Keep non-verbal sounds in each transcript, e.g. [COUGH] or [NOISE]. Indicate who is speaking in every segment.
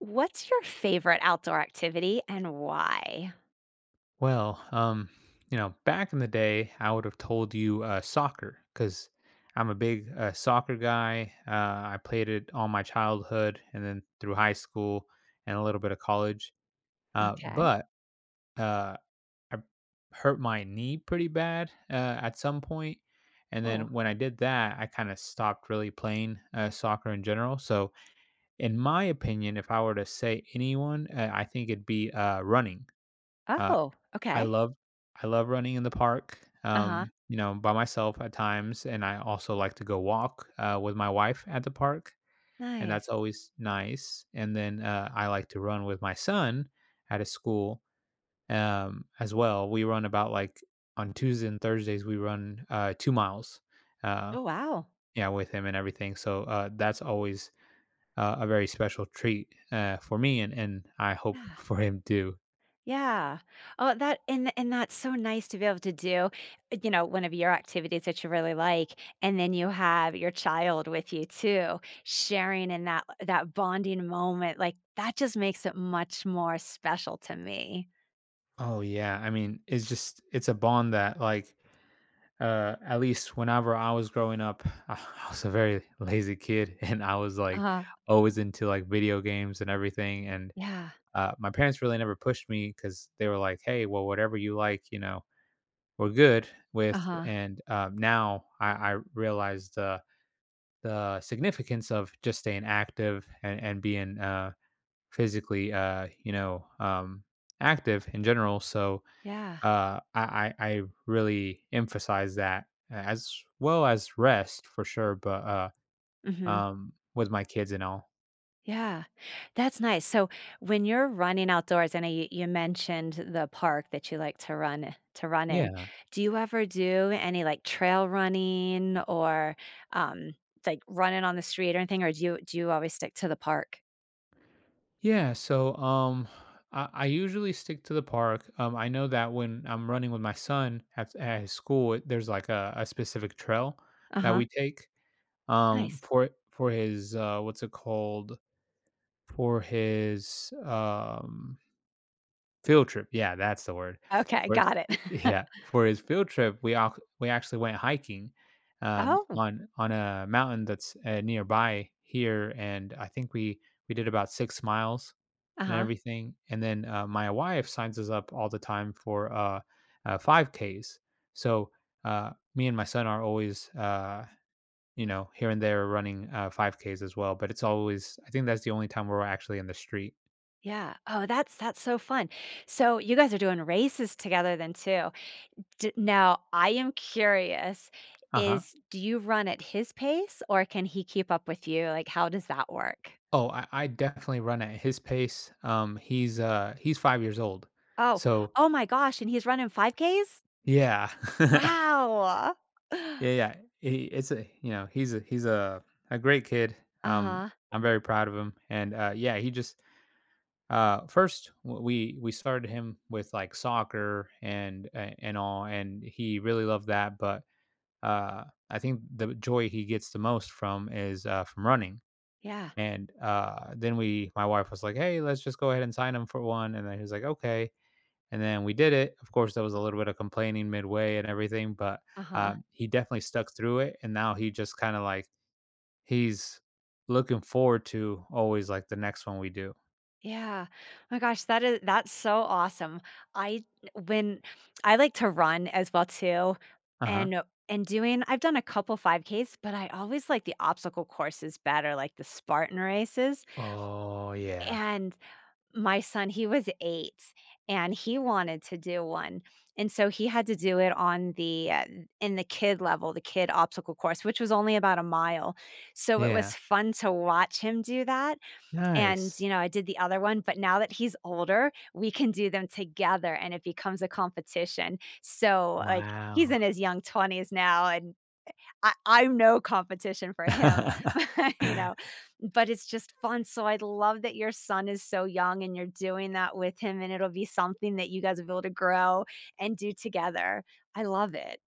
Speaker 1: What's your favorite outdoor activity and why?
Speaker 2: Well, back in the day, I would have told you soccer because I'm a big soccer guy. I played it all my childhood and then through high school and a little bit of college. Uh,
Speaker 1: Okay.
Speaker 2: but uh, I hurt my knee pretty bad at some point. And
Speaker 1: Oh.
Speaker 2: then when I did that, I kind of stopped really playing soccer in general. So, in my opinion, if I were to say anyone, I think it'd be running. Uh,
Speaker 1: Oh,
Speaker 2: I
Speaker 1: okay.
Speaker 2: love I love running in the park,
Speaker 1: Uh-huh.
Speaker 2: by myself at times, and I also like to go walk, with my wife at the park, and that's
Speaker 1: Nice.
Speaker 2: always nice, and then, I like to run with my son at his school, as well. We run about, like On Tuesdays and Thursdays, we run, 2 miles, uh,
Speaker 1: Oh, wow.
Speaker 2: yeah, with him and everything, so, that's always, a very special treat, for me, and I hope [LAUGHS]
Speaker 1: Yeah.
Speaker 2: for him too.
Speaker 1: Yeah. Oh, that and that's so nice to be able to do, you know, one of your activities that you really like, and then you have your child with you too, sharing in that bonding moment, like, that just makes it much more special to me.
Speaker 2: Oh, yeah, I mean, it's a bond that, at least whenever I was growing up, [LAUGHS] I was a very lazy kid [LAUGHS] and I was
Speaker 1: Uh-huh.
Speaker 2: always into video games and everything. And
Speaker 1: Yeah.
Speaker 2: my parents really never pushed me because they were like, "Hey, well, whatever you like, we're good with."
Speaker 1: Uh-huh.
Speaker 2: And now I realize the significance of just staying active, and being physically active in general. So
Speaker 1: Yeah.
Speaker 2: I really emphasize that as well as rest for sure, but
Speaker 1: Mhm.
Speaker 2: with my kids and all.
Speaker 1: Yeah, that's nice. So when you're running outdoors, I know you mentioned the park that you like to run in.
Speaker 2: Yeah,
Speaker 1: Do you ever do any like trail running or um like running on the street or anything, or do you always stick to the park?
Speaker 2: yeah. So I usually stick to the park. I know that when I'm running with my son at his school, there's like a specific trail that
Speaker 1: Uh-huh.
Speaker 2: we take
Speaker 1: Nice.
Speaker 2: for his what's it called, for his field trip, yeah, that's the word.
Speaker 1: Okay,
Speaker 2: For
Speaker 1: got it.
Speaker 2: his
Speaker 1: [LAUGHS]
Speaker 2: Yeah, for his field trip, we actually went hiking,
Speaker 1: Oh,
Speaker 2: on a mountain that's, nearby here, and I think we did about 6 miles and
Speaker 1: uh-huh.
Speaker 2: everything, and then, my wife signs us up all the time for, 5Ks. So, me and my son are always, here and there running, 5Ks as well, but it's always, I think that's the only time where we're actually in the street.
Speaker 1: Yeah. Oh, that's so fun. So you guys are doing races together then too. D Now I am curious,
Speaker 2: Uh-huh.
Speaker 1: is do you run at his pace or can he keep up with you? Like, how does that work?
Speaker 2: Oh, I definitely run at his pace. He's 5 years old.
Speaker 1: Oh,
Speaker 2: So
Speaker 1: oh my gosh, and he's running 5Ks?
Speaker 2: yeah. [LAUGHS]
Speaker 1: Wow. [GASPS] [SIGHS]
Speaker 2: Yeah, yeah. He it's a you know, he's a great kid. Um,
Speaker 1: Uh-huh.
Speaker 2: I'm very proud of him, and, yeah, he just, first w we started him with, like, soccer and all, and he really loved that, but, I think the joy he gets the most from is, from running.
Speaker 1: Yeah.
Speaker 2: And then my wife was like, "Hey, let's just go ahead and sign him for one." And then he was like, "Okay." And then we did it. Of course, there was a little bit of complaining midway and everything, but
Speaker 1: Uh-huh.
Speaker 2: he definitely stuck through it. And now he just kind of, like, he's looking forward to always, like, the next one we do.
Speaker 1: Yeah. My gosh, that's so awesome. I when I like to run as well too,
Speaker 2: Uh huh.
Speaker 1: and and doing I've done a couple 5Ks, but I always like the obstacle courses better, like the Spartan races,
Speaker 2: Oh, yeah.
Speaker 1: and my son, he was 8 and he wanted to do one, and so he had to do it on in the kid level, the kid obstacle course, which was only about a mile, so it was
Speaker 2: Yeah.
Speaker 1: fun to watch him do that, and,
Speaker 2: Nice.
Speaker 1: you know, I did the other one, but now that he's older, we can do them together, and it becomes a competition, so, like, he's
Speaker 2: Wow.
Speaker 1: in his young 20s now, and I'm no competition for him, [LAUGHS] but, you
Speaker 2: [LAUGHS]
Speaker 1: know, but it's just fun, so I love that your son is so young and you're doing that with him, and it'll be something that you guys will be able to grow and do together. I love it.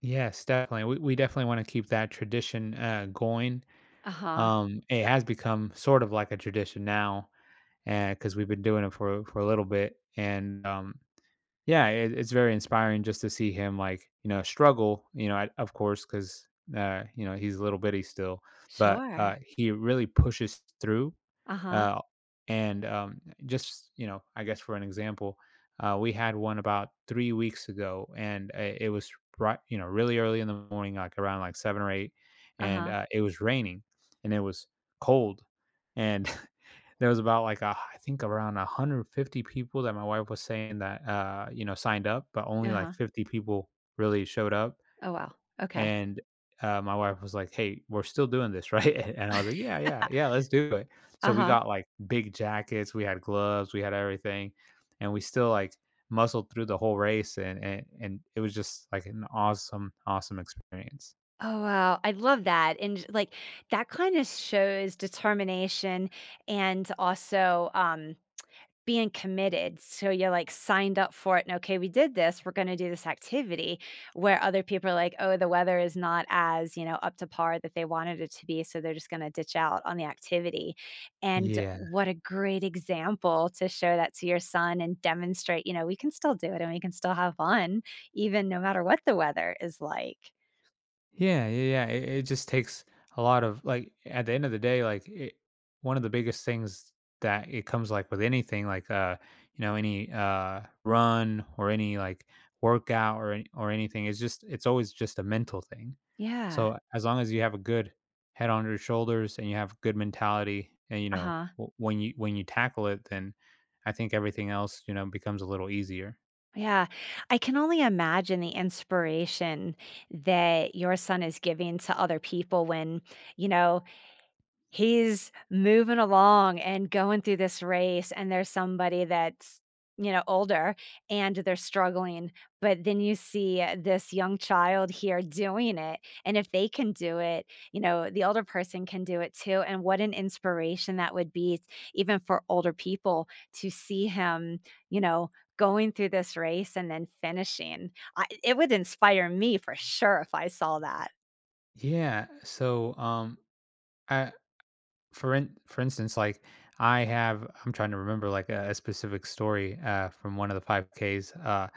Speaker 2: Yes, definitely. We definitely want to keep that tradition going.
Speaker 1: Uh-huh.
Speaker 2: It has become sort of like a tradition now, and because we've been doing it for a little bit. And yeah, it's very inspiring just to see him struggle. Of course, because he's a little bitty still, but
Speaker 1: Sure.
Speaker 2: he really pushes through
Speaker 1: Uh-huh.
Speaker 2: uh, and just, I guess, for an example, we had one about 3 weeks ago, and it was right, really early in the morning, around 7 or 8, and
Speaker 1: Uh-huh.
Speaker 2: it was raining, and it was cold, and [LAUGHS] there was about I think, around 150 people that my wife was saying that signed up, but only like
Speaker 1: Uh-huh.
Speaker 2: 50 people really showed up.
Speaker 1: Oh, wow. Okay.
Speaker 2: And, my wife was like, "Hey, we're still doing this, right?" [LAUGHS] And I was like,
Speaker 1: [LAUGHS]
Speaker 2: "Yeah, yeah, yeah, let's do it." So we
Speaker 1: Uh-huh.
Speaker 2: got, like, big jackets, we had gloves, we had everything, and we still muscled through the whole race, and and it was just like an awesome, awesome experience.
Speaker 1: Oh, wow. I love that, and that kinda shows determination and also, being committed. So you're like signed up for it and okay, we did this. We're going to do this activity where other people are like, oh, the weather is not as, you know, up to par that they wanted it to be. So they're just going to ditch out on the activity. And
Speaker 2: Yeah.
Speaker 1: what a great example to show that to your son and demonstrate, you know, we can still do it and we can still have fun, even no matter what the weather is like.
Speaker 2: Yeah, yeah, yeah. It just takes a lot of, like, at the end of the day, like, one of the biggest things that it comes like with anything, any run or any workout or any, or anything, it's always just a mental thing.
Speaker 1: Yeah.
Speaker 2: So as long as you have a good head on your shoulders and you have good mentality, and you
Speaker 1: Uh
Speaker 2: know,
Speaker 1: huh.
Speaker 2: when you tackle it, then I think everything else, you know, becomes a little easier.
Speaker 1: Yeah, I can only imagine the inspiration that your son is giving to other people when, you know, he's moving along and going through this race and there's somebody that's, you know, older and they're struggling, but then you see this young child here doing it, and if they can do it, you know, the older person can do it too, and what an inspiration that would be, even for older people, to see him, you know, going through this race and then finishing. I, it would inspire me for sure if I saw that.
Speaker 2: Yeah. So I for instance, I'm trying to remember, like, a specific story, from one of the 5Ks.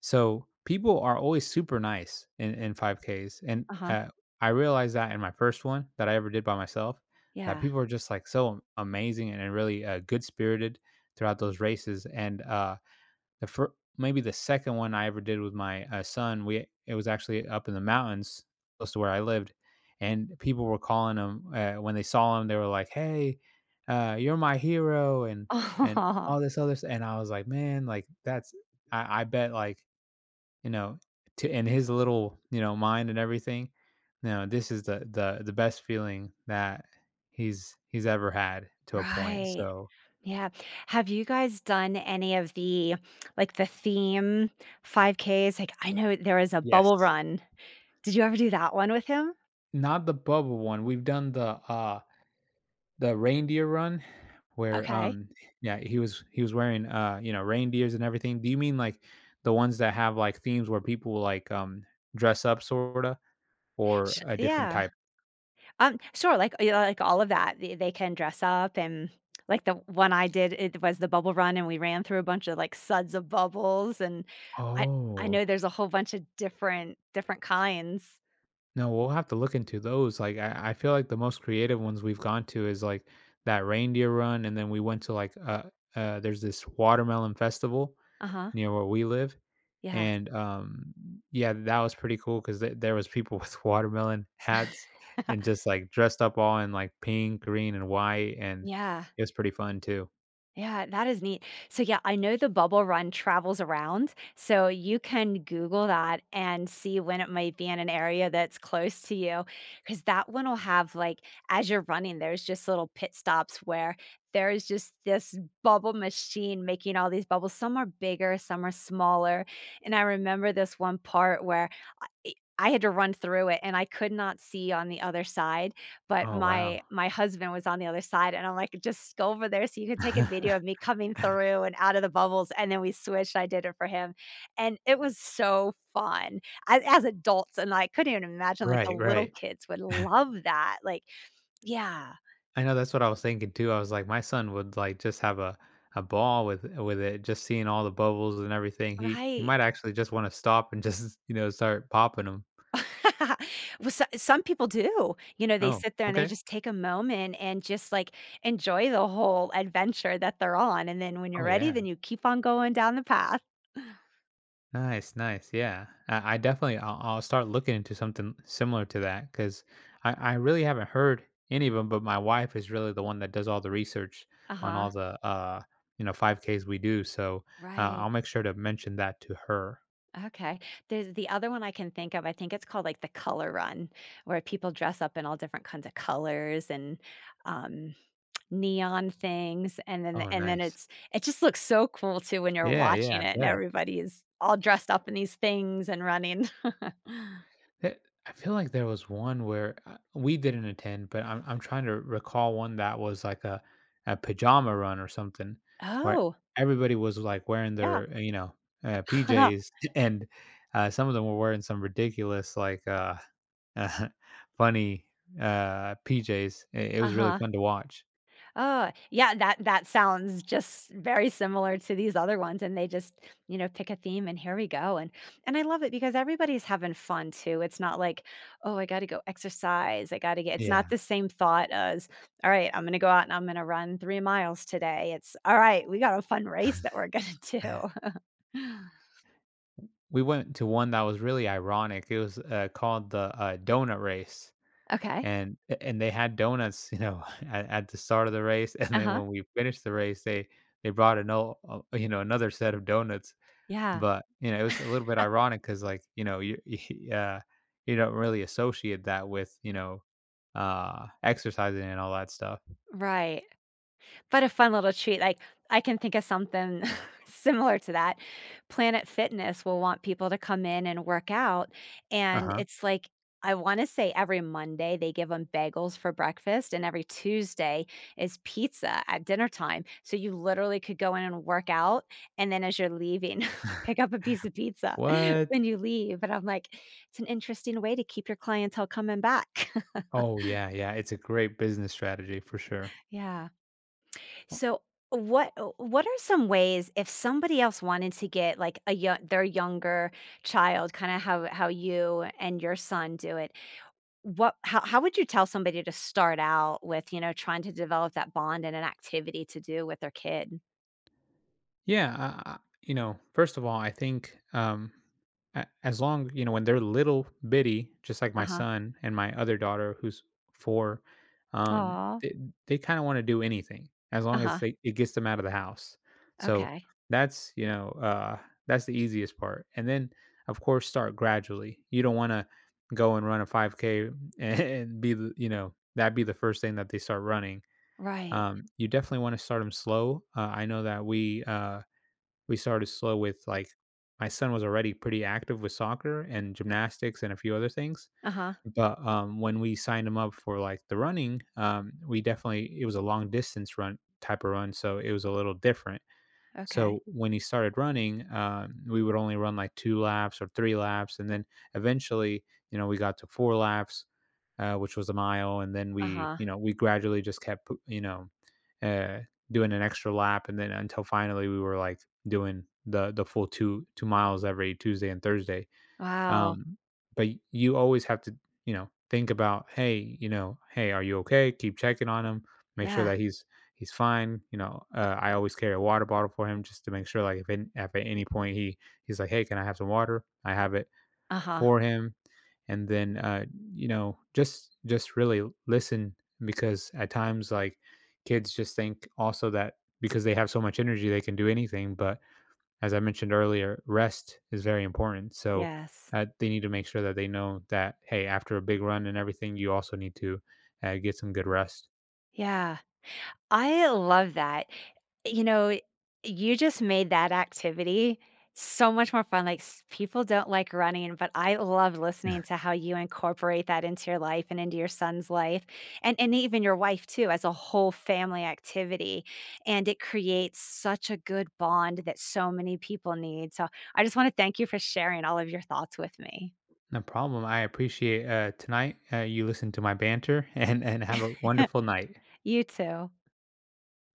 Speaker 2: So people are always super nice in 5Ks, and
Speaker 1: Uh-huh.
Speaker 2: I realized that in my first one that I ever did by myself, that
Speaker 1: Yeah.
Speaker 2: people are just so amazing and really good spirited throughout those races, and the fir- maybe the second one I ever did with my son, we it was actually up in the mountains close to where I lived, and people were calling him, when they saw him. They were like, "Hey, you're my hero," and all
Speaker 1: [LAUGHS]
Speaker 2: this other. And I was like, "Man, like, that's, I bet, you know to in his little, mind, and everything, this is the best feeling that he's ever had to a point."
Speaker 1: Right.
Speaker 2: So
Speaker 1: Yeah. Have you guys done any of the like the theme 5Ks? Like I know there is a Bubble
Speaker 2: yes,
Speaker 1: Run. Did you ever do that one with him?
Speaker 2: not the bubble one. We've done the the reindeer run where,
Speaker 1: Okay.
Speaker 2: yeah, he was wearing, reindeers and everything. Do you mean, like, the ones that have, like, themes where people, like, dress up sorta, or
Speaker 1: Sh
Speaker 2: a different
Speaker 1: Yeah.
Speaker 2: type?
Speaker 1: Sure, like, yeah, like all of that. They can dress up, and like the one I did, it was the Bubble Run and we ran through a bunch of like suds of bubbles, and I I
Speaker 2: Oh,
Speaker 1: know there's a whole bunch of different kinds.
Speaker 2: no, we'll have to look into those, like, I feel like the most creative ones we've gone to is, like, that reindeer run, and then we went to, like, there's this watermelon festival
Speaker 1: Uh-huh.
Speaker 2: near where we live.
Speaker 1: Yeah.
Speaker 2: And, yeah, that was pretty cool 'cause there was people [LAUGHS] with watermelon hats and just,
Speaker 1: [LAUGHS]
Speaker 2: like, dressed up all in, like, pink, green, and white, and
Speaker 1: Yeah.
Speaker 2: it was pretty fun too.
Speaker 1: Yeah, that is neat. So, yeah, I know the bubble run travels around. So, you can Google that and see when it might be in an area that's close to you. Because that one will have, like, as you're running, there's just little pit stops where there's just this bubble machine making all these bubbles. Some are bigger, some are smaller. And I remember this one part where I I had to run through it, and I could not see on the other side, but
Speaker 2: Oh, wow.
Speaker 1: my husband was on the other side, and I'm like, "Just go over there so you can take a video of me
Speaker 2: [LAUGHS]
Speaker 1: coming through and out of the bubbles," and then we switched, I did it for him, and it was so fun. As adults, and I couldn't even imagine, like, the
Speaker 2: Right,
Speaker 1: little
Speaker 2: right.
Speaker 1: kids would love that, like. Yeah,
Speaker 2: I know that's what I was thinking too. I was like, my son would, like, just have a ball with it, just seeing all the bubbles and everything. He
Speaker 1: right.
Speaker 2: might actually just wanna stop and just, [LAUGHS] you know, start popping them.
Speaker 1: [LAUGHS] Well, so some people do. You know, they
Speaker 2: Oh,
Speaker 1: sit there and they
Speaker 2: okay.
Speaker 1: just take a moment and just, like, enjoy the whole adventure that they're on, and then when you're
Speaker 2: Oh,
Speaker 1: ready,
Speaker 2: yeah.
Speaker 1: then you keep on going down the path.
Speaker 2: Nice, nice. Yeah, I definitely I'll start looking into something similar to that, because I really haven't heard any of them. But my wife is really the one that does all the research on
Speaker 1: Uh-huh.
Speaker 2: all the 5Ks we do. So
Speaker 1: Right.
Speaker 2: I'll make sure to mention that to her.
Speaker 1: Okay. There's the other one I can think of, I think it's called, like, the Color Run, where people dress up in all different kinds of colors and, um, neon things, and then
Speaker 2: Oh,
Speaker 1: and then
Speaker 2: nice.
Speaker 1: it's it just looks so cool too when you're
Speaker 2: Yeah, yeah.
Speaker 1: watching it
Speaker 2: I
Speaker 1: and
Speaker 2: bet.
Speaker 1: everybody is all dressed up in these things and running. [LAUGHS]
Speaker 2: That I feel like there was one where, we didn't attend, but I'm trying to recall one that was like a pajama run or something where
Speaker 1: Oh,
Speaker 2: everybody was, like, wearing
Speaker 1: yeah.
Speaker 2: their
Speaker 1: [LAUGHS]
Speaker 2: PJs [LAUGHS] and, some of them were wearing some ridiculous, like, [LAUGHS] funny, PJs. It was really
Speaker 1: Uh-huh.
Speaker 2: fun to watch.
Speaker 1: Oh, yeah, that that sounds just very similar to these other ones, and they just, you know, pick a theme and here we go, and I love it because everybody's having fun too. It's not like, "Oh, I gotta go exercise, I gotta get"— it's
Speaker 2: Yeah.
Speaker 1: not the same thought as, "All right, I'm gonna go out and I'm gonna run 3 miles today." It's, "All right, we got a fun race that we're gonna do." [LAUGHS]
Speaker 2: We went to one that was really ironic. It was, called the, donut race.
Speaker 1: Okay.
Speaker 2: And and they had donuts, [LAUGHS] at the start of the race, and then
Speaker 1: Uh-huh.
Speaker 2: when we finished the race, they brought another, another set of donuts,
Speaker 1: Yeah.
Speaker 2: but, it was a little bit ironic because, like, you [LAUGHS] yeah, you don't really associate that with exercising and all that stuff.
Speaker 1: Right. But a fun little treat, like, I can think of something [LAUGHS] similar to that. Planet Fitness will want people to come in and work out, and
Speaker 2: Uh-huh.
Speaker 1: it's like, I wanna say every Monday, they give them bagels for breakfast, and every Tuesday is pizza at dinner time, so you literally could go in and work out, and then as you're leaving, [LAUGHS] pick up a piece of pizza [LAUGHS]
Speaker 2: What?
Speaker 1: when you leave, and I'm like, "It's an interesting way to keep your clientele coming back." [LAUGHS]
Speaker 2: Oh, yeah, yeah, it's a great business strategy for sure.
Speaker 1: Yeah. So what are some ways if somebody else wanted to get like a young their younger child, kind of how you and your son do it, what how would you tell somebody to start out with, you know, trying to develop that bond and an activity to do with their kid?
Speaker 2: Yeah, first of all, I think as long, when they're little bitty, just like my
Speaker 1: Uh-huh.
Speaker 2: son and my other daughter who's 4, um,
Speaker 1: Aw.
Speaker 2: they, they kind of want to do anything as long as
Speaker 1: Uh-huh.
Speaker 2: they it gets them out of the house. So
Speaker 1: Okay.
Speaker 2: that's you know that's the easiest part, and then of course start gradually. You don't want to go and run a 5K [LAUGHS] and be the you know that be the first thing that they start running.
Speaker 1: Right.
Speaker 2: You definitely want to start them slow. I know that we started slow with, like, my son was already pretty active with soccer and gymnastics and a few other things.
Speaker 1: Uh-huh.
Speaker 2: But when we signed him up for, like, the running, we definitely it was a long distance run type of run, so it was a little different.
Speaker 1: Okay.
Speaker 2: So when he started running, we would only run like 2 laps or 3 laps, and then eventually, we got to 4 laps, which was a mile, and then we,
Speaker 1: Uh-huh.
Speaker 2: you know, we gradually just keptuh, doing an extra lap, and then until finally we were like doing the full two two miles every Tuesday and Thursday.
Speaker 1: Wow.
Speaker 2: Um, but you always have to, think about, hey, hey, are you okay? Keep checking on him, make sure
Speaker 1: Yeah.
Speaker 2: that he's fine. I always carry a water bottle for him just to make sure, like, if, if at any point he's like, "Hey, can I have some water?" I have it
Speaker 1: Uh-huh.
Speaker 2: for him. And then just really listen, because at times, like, kids just think also that because they have so much energy they can do anything. But, as I mentioned earlier, rest is very important. So
Speaker 1: Yes.
Speaker 2: they need to make sure that they know that, hey, after a big run and everything, you also need to get some good rest.
Speaker 1: Yeah. I love that. You know, you just made that activity so much more fun. Like, people don't like running, but I love listening to how you incorporate that into your life and into your son's life and even your wife, too, as a whole family activity. And it creates such a good bond that so many people need. So I just want to thank you for sharing all of your thoughts with me.
Speaker 2: No problem, I appreciate tonight, you listen to my banter [LAUGHS] and have a
Speaker 1: [LAUGHS]
Speaker 2: wonderful night.
Speaker 1: You too.